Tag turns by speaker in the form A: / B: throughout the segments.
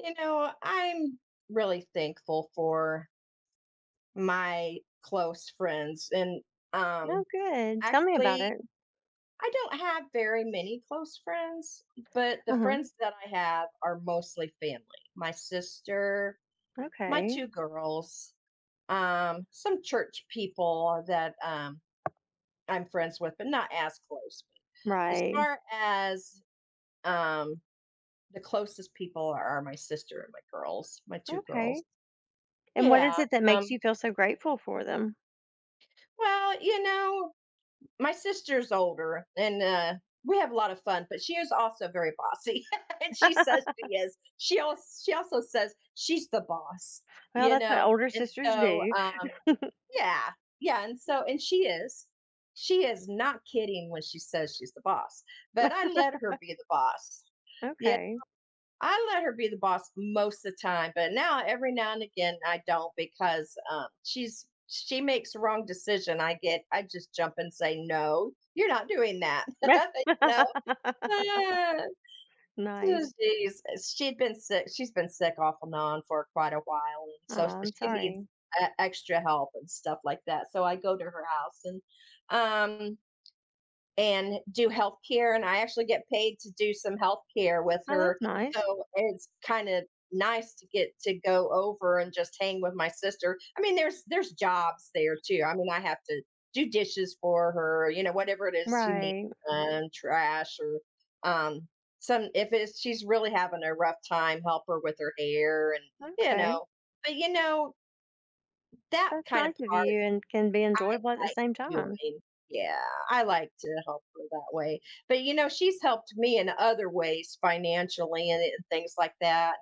A: You know, I'm really thankful for my close friends. And um,
B: Oh, good. Tell me about
A: actually,
B: it.
A: I don't have very many close friends, but the
B: Mhm.
A: friends that I have are mostly family. My sister, my
B: Okay.
A: two girls, some church people that I'm friends with, but not as close. As
B: Right.
A: far as um, the closest people are my sister and my girls, my two girls.
B: Okay. And what
A: Yeah.
B: is it that makes
A: Um,
B: you feel so grateful for them?
A: Well, you know, my sister's older and we have a lot of fun, but she is also very bossy. And she says she is. She also says she's the boss,
B: Well,
A: you
B: that's what
A: know.
B: older
A: And
B: sisters
A: so
B: do.
A: um yeah. Yeah, and so and she is. She is not kidding when she says she's the boss. But I let her be the boss. You
B: Okay.
A: I let her be the boss most of the time, but now every now and again I don't because she makes the wrong decision. I just jump and say no, you're not doing that. Ah, so
B: Nice.
A: she'd been sick. She's been sick off and on for quite a while, and
B: Oh,
A: so
B: I'm
A: she needs
B: sorry.
A: extra help and stuff like that. So I go to her house um and do healthcare. And I actually get paid to do some healthcare with
B: Oh,
A: her.
B: that's nice.
A: So it's kind of nice to get to go over and just hang with my sister. I mean, there's jobs there too. I mean, I have to do dishes for her, you know, whatever it is she needs,
B: Right.
A: trash or um some, if it's, she's really having a rough time, help her with her hair and you
B: Okay.
A: know. But you know, that
B: That's
A: kind of
B: nice of
A: part
B: you and can be enjoyable at the
A: like
B: same time.
A: doing. Yeah, I like to help her that way. But, you know, she's helped me in other ways financially and things like that.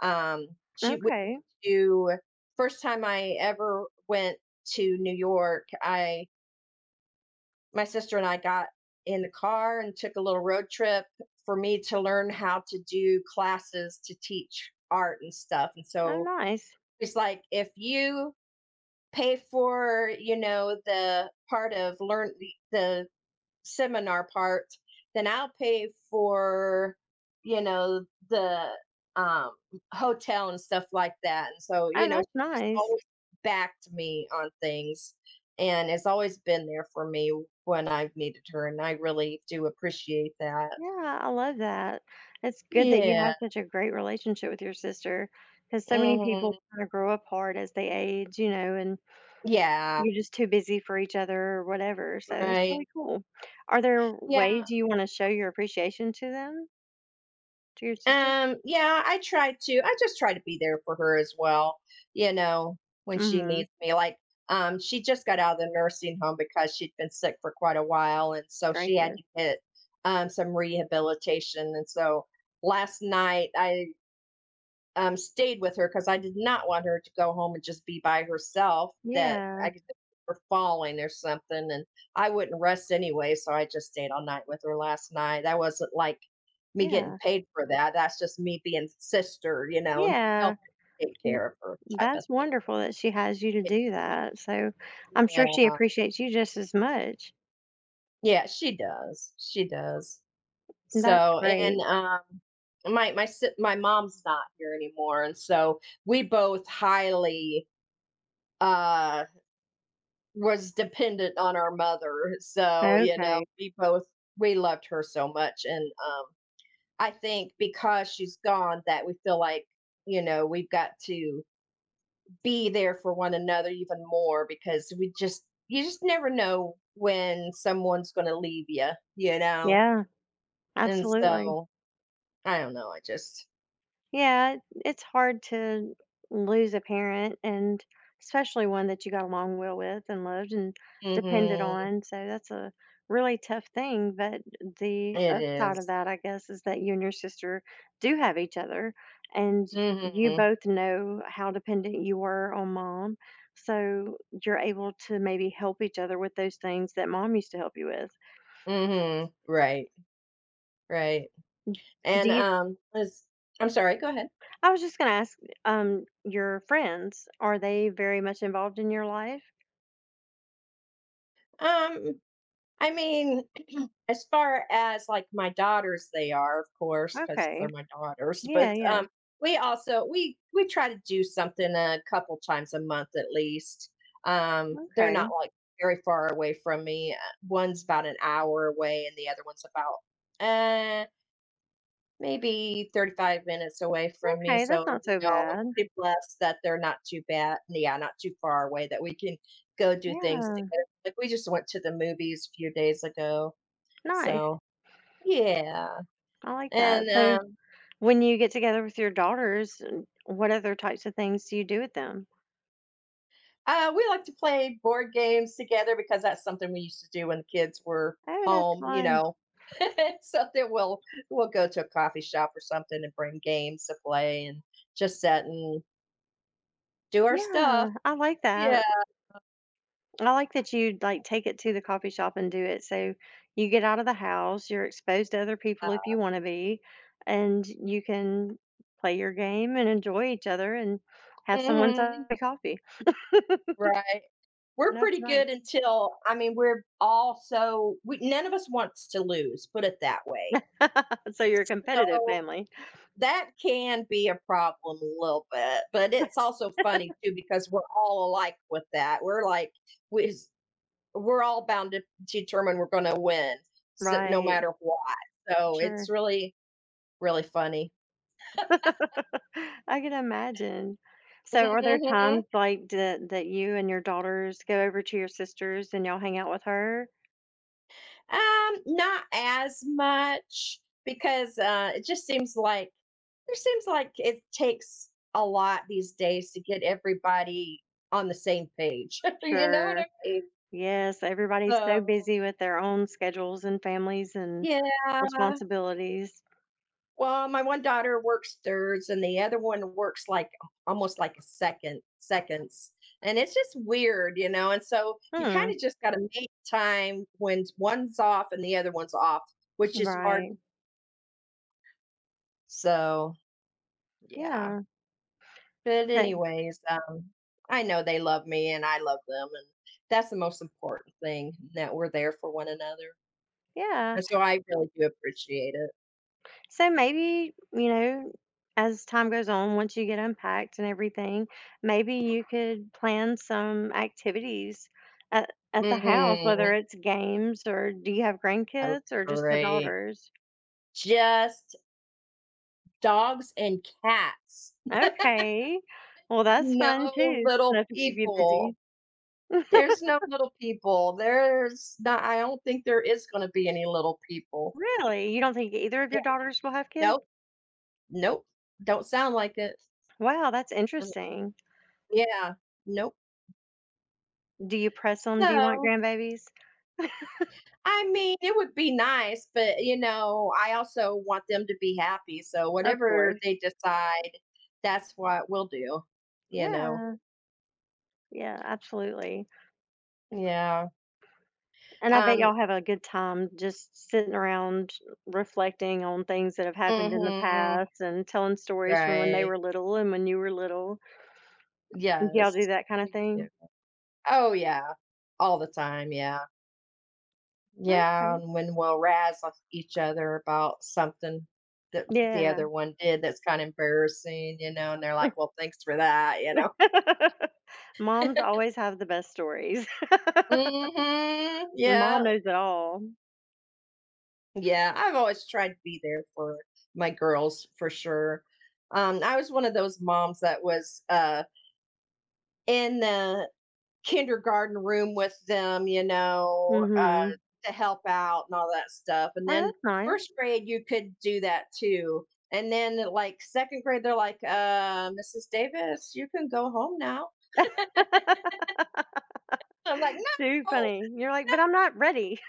A: And, she went
B: Okay.
A: to first time I ever went to New York. I My sister and I got in the car and took a little road trip for me to learn how to do classes to teach art and stuff. And
B: Oh,
A: so
B: nice.
A: it's like, if you pay for, you know, the part of learn the seminar part, then I'll pay for, you know, the um, hotel and stuff like that. And so, you
B: Oh,
A: know,
B: that's
A: she just
B: nice.
A: always backed me on things and has always been there for me when I've needed her. And I really do appreciate that.
B: Yeah, I love that. It's good that you
A: Yeah.
B: have such a great relationship with your sister because so many
A: Hmm.
B: people kind of grow apart as they age, you know, and
A: Yeah.
B: you're just too busy for each other or whatever. So that's
A: Right.
B: really cool. Are there
A: Yeah.
B: ways you want to show your appreciation to them, to your sister?
A: Yeah, I try to. I just try to be there for her as well, you know, when she
B: Mm-hmm.
A: needs me. Like, she just got out of the nursing home because she'd been sick for quite a while, and so she had
B: Gracious.
A: to get some rehabilitation. And so last night I stayed with her because I did not want her to go home and just be by herself. That I
B: Yeah.
A: could, her falling or something, and I wouldn't rest anyway, so I just stayed all night with her last night. I wasn't like me getting
B: Yeah.
A: paid for that, that's just me being sister, you know, and
B: Yeah.
A: helping take
B: Y-
A: care of her type of
B: That's wonderful that she has you to
A: thing.
B: do that. So I'm
A: Yeah.
B: sure she appreciates you just as much.
A: Yeah, she does, she does.
B: That's
A: So, and,
B: great.
A: my mom's not here anymore, and so we both highly, uh, was dependent on our mother, so, you know,
B: Okay.
A: we both, we loved her so much, and, I think because she's gone that we feel like, you know, we've got to be there for one another even more because we just you just never know when someone's going to leave you, you know?
B: Yeah.
A: And
B: Absolutely.
A: so, I don't know, I just.
B: Yeah, it's hard to lose a parent and especially one that you got along well with and loved and depended
A: Mhm.
B: on. So that's a really tough thing. But the
A: It
B: upside of
A: is.
B: that, I guess, is that you and your sister do have each other and you
A: Mhm.
B: both know how dependent you were on mom. So you're able to maybe help each other with those things that mom used to help you with.
A: Mhm. Right, right. And,
B: Do you
A: it's. I'm sorry, go ahead.
B: I was just gonna ask, your friends, are they very much involved in your life?
A: Um I mean, as far as, like, my daughters, they are, of course, because 'cause
B: Okay.
A: they're my daughters, but,
B: Yeah, yeah.
A: we try to do something a couple times a month at least. They're not,
B: Okay.
A: like, very far away from me, one's about an hour away and the other one's about, eh, maybe 35 minutes away from me,
B: Okay, that's
A: so,
B: not
A: you
B: so
A: know, I'm
B: bad.
A: pretty blessed that they're not too bad, yeah, not too far away that we can go do things
B: Yeah.
A: together. Like, we just went to the movies a few days ago.
B: Nice.
A: So, yeah,
B: I like that.
A: and,
B: So when you get together with your daughters, what other types of things do you do with them?
A: we like to play board games together because that's something we used to do when the kids were
B: Oh, that's
A: home, you
B: fun.
A: know? So then we'll go to a coffee shop or something and bring games to play and just sit and do our stuff.
B: Yeah, I like
A: Yeah.
B: that. I like that you like, take it to the coffee shop and do it, so you get out of the house, you're exposed to other people if you wanna be, and you can play your game and enjoy each other and have someone's
A: Mhm.
B: coffee.
A: Right. We're
B: That's
A: pretty
B: nice.
A: good until, I mean, we're all so we, none of us wants to lose, put it that way.
B: So you're a competitive
A: So
B: family.
A: that can be a problem a little bit, but it's also funny too because we're all alike with that. We're like we We're all bound to determine we're going to win, so, no
B: Right.
A: matter what. So it's
B: Sure.
A: really really funny.
B: I can imagine. So are there
A: Hmm.
B: times, like, that you and your daughters go over to your sister's and y'all hang out with her?
A: Not as much because it just seems like it takes a lot these days to get everybody on the same page. You know what I
B: Sure.
A: mean?
B: Yes, everybody's so
A: So
B: busy with their own schedules and families and
A: yeah.
B: responsibilities.
A: Well, my one daughter works thirds and the other one works like almost like a second seconds. And it's just weird, you know. And so you kind
B: Hmm,
A: of just got to make time when one's off and the other one's off, which is hard.
B: right.
A: So, yeah.
B: Yeah.
A: But
B: So,
A: anyways, I know they love me and I love them and that's the most important thing that we're there for one another.
B: yeah.
A: And so I really do appreciate it.
B: So maybe, you know, as time goes on, once you get unpacked and everything, maybe you could plan some activities at the house, whether
A: Mhm.
B: it's games or do you have
A: That would
B: grandkids
A: be
B: or just the
A: great.
B: daughters?
A: Just dogs and cats.
B: Okay. Well, that's fun
A: No
B: too.
A: little
B: Enough to keep you
A: people.
B: busy.
A: There's no little people. There's not, I don't think there is going to be any little people.
B: Really? You don't think either of your daughters will have kids?
A: Nope. Nope. Don't sound like it.
B: Wow, that's
A: Um,
B: interesting.
A: yeah. Nope.
B: Do you press them? "Do you want
A: So,
B: grandbabies?"
A: I mean, it would be nice, but you know, I also want them to be happy. So,
B: Of
A: whatever
B: course.
A: they decide, that's what we'll do, you know?
B: Yeah. Yeah, absolutely.
A: Yeah.
B: And I bet
A: Um,
B: y'all have a good time just sitting around reflecting on things that have happened in the
A: mhm,
B: past and telling stories from when they
A: right.
B: were little and when you were little. Do y'all
A: Yes.
B: do that kinda
A: We do.
B: thing?
A: Oh, yeah. All the time, yeah. Yeah,
B: Okay.
A: and when we'll razz off each other about something that the other
B: Yeah.
A: one did that's kinda embarrassing, you know, and they're like, "Well, thanks for that," you know?
B: Moms always have the best stories.
A: Mhm.
B: Mom
A: Yeah.
B: knows it all.
A: Yeah, I've always tried to be there for my girls for sure. I was one of those moms that was, in the kindergarten room with them, you know,
B: Mhm.
A: to help out and all that stuff. And
B: Oh,
A: then
B: that's
A: first
B: nice.
A: grade, you could do that too. And then like second grade, they're like, Mrs. Davis, you can go home now. I'm like,
B: Too
A: no,
B: funny. You're like, "But I'm not ready."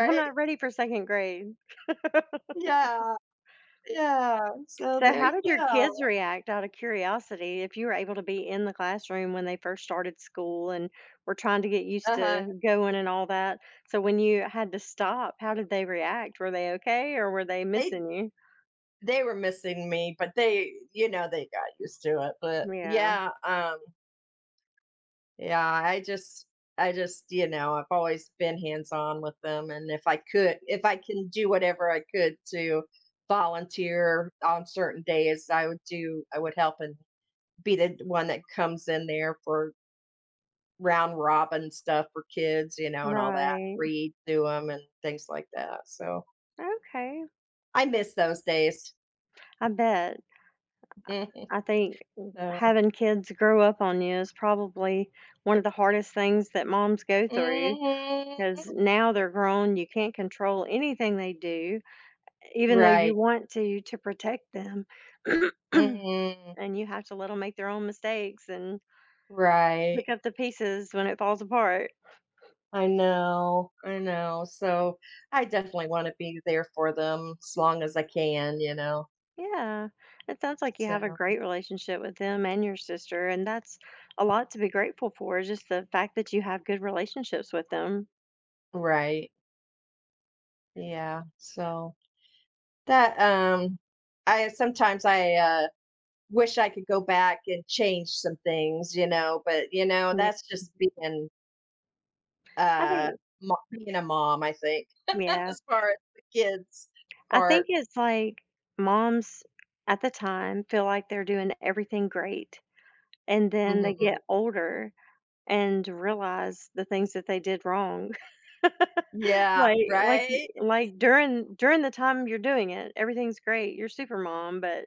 B: I'm not ready for second grade.
A: Yeah, yeah. So
B: So,
A: there
B: how
A: you
B: did your kids
A: go.
B: react out of curiosity if you were able to be in the classroom when they first started school and were trying to get used
A: Uh huh.
B: to going and all that? So, when you had to stop, how did they react? Were they okay or were they
A: They
B: missing you?
A: they were missing me, but they, you know, they got used to it. But
B: Yeah,
A: yeah, yeah, I just, you know, I've always been hands-on with them, and if I can do whatever I could to volunteer on certain days, I would help and be the one that comes in there for round robin stuff for kids, you know, and all that,
B: right.
A: read to them and things like that, so
B: Okay.
A: I miss those days.
B: I bet. I think
A: So
B: having kids grow up on you is probably one of the hardest things that moms go through because
A: mhm.
B: now they're grown. You can't control anything they do even though you
A: Right.
B: want to protect them,
A: Mhm.
B: and you have to let them make their own mistakes and pick
A: Right.
B: up the pieces when it falls apart.
A: I know, I know. So I definitely want to be there for them as long as I can, you know.
B: Yeah, it sounds like you have a
A: So,
B: great relationship with them and your sister, and that's a lot to be grateful for, just the fact that you have good relationships with them.
A: right. Yeah. So that I sometimes I wish I could go back and change some things, you know, but you know,
B: Yeah,
A: that's just being
B: I
A: uh
B: think
A: being a mom, I think,
B: yeah,
A: as far as the kids
B: I think
A: part.
B: it's like moms at the time feel like they're doing everything great, and then they
A: Hmm.
B: get older and realize the things that they did wrong.
A: Yeah,
B: Like like
A: right?
B: like, during the time you're doing it, everything's great, you're super mom, but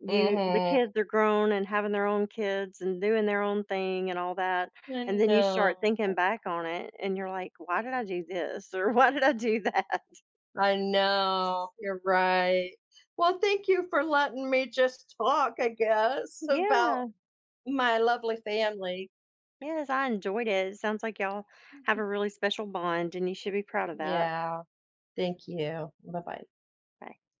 B: you the
A: Mhm.
B: kids are grown and having their own kids and doing their own thing and all that,
A: I
B: and then you start
A: know.
B: thinking back on it, and you're like, "Why did I do this?" or "Why did I do that?"
A: I know. You're right. Well, thank you for letting me just talk, I guess, about
B: Yeah.
A: my lovely family.
B: Yes, I enjoyed it. It sounds like y'all have a really special bond, and you should be proud of that.
A: Yeah. Thank you. Bye bye.
B: Right.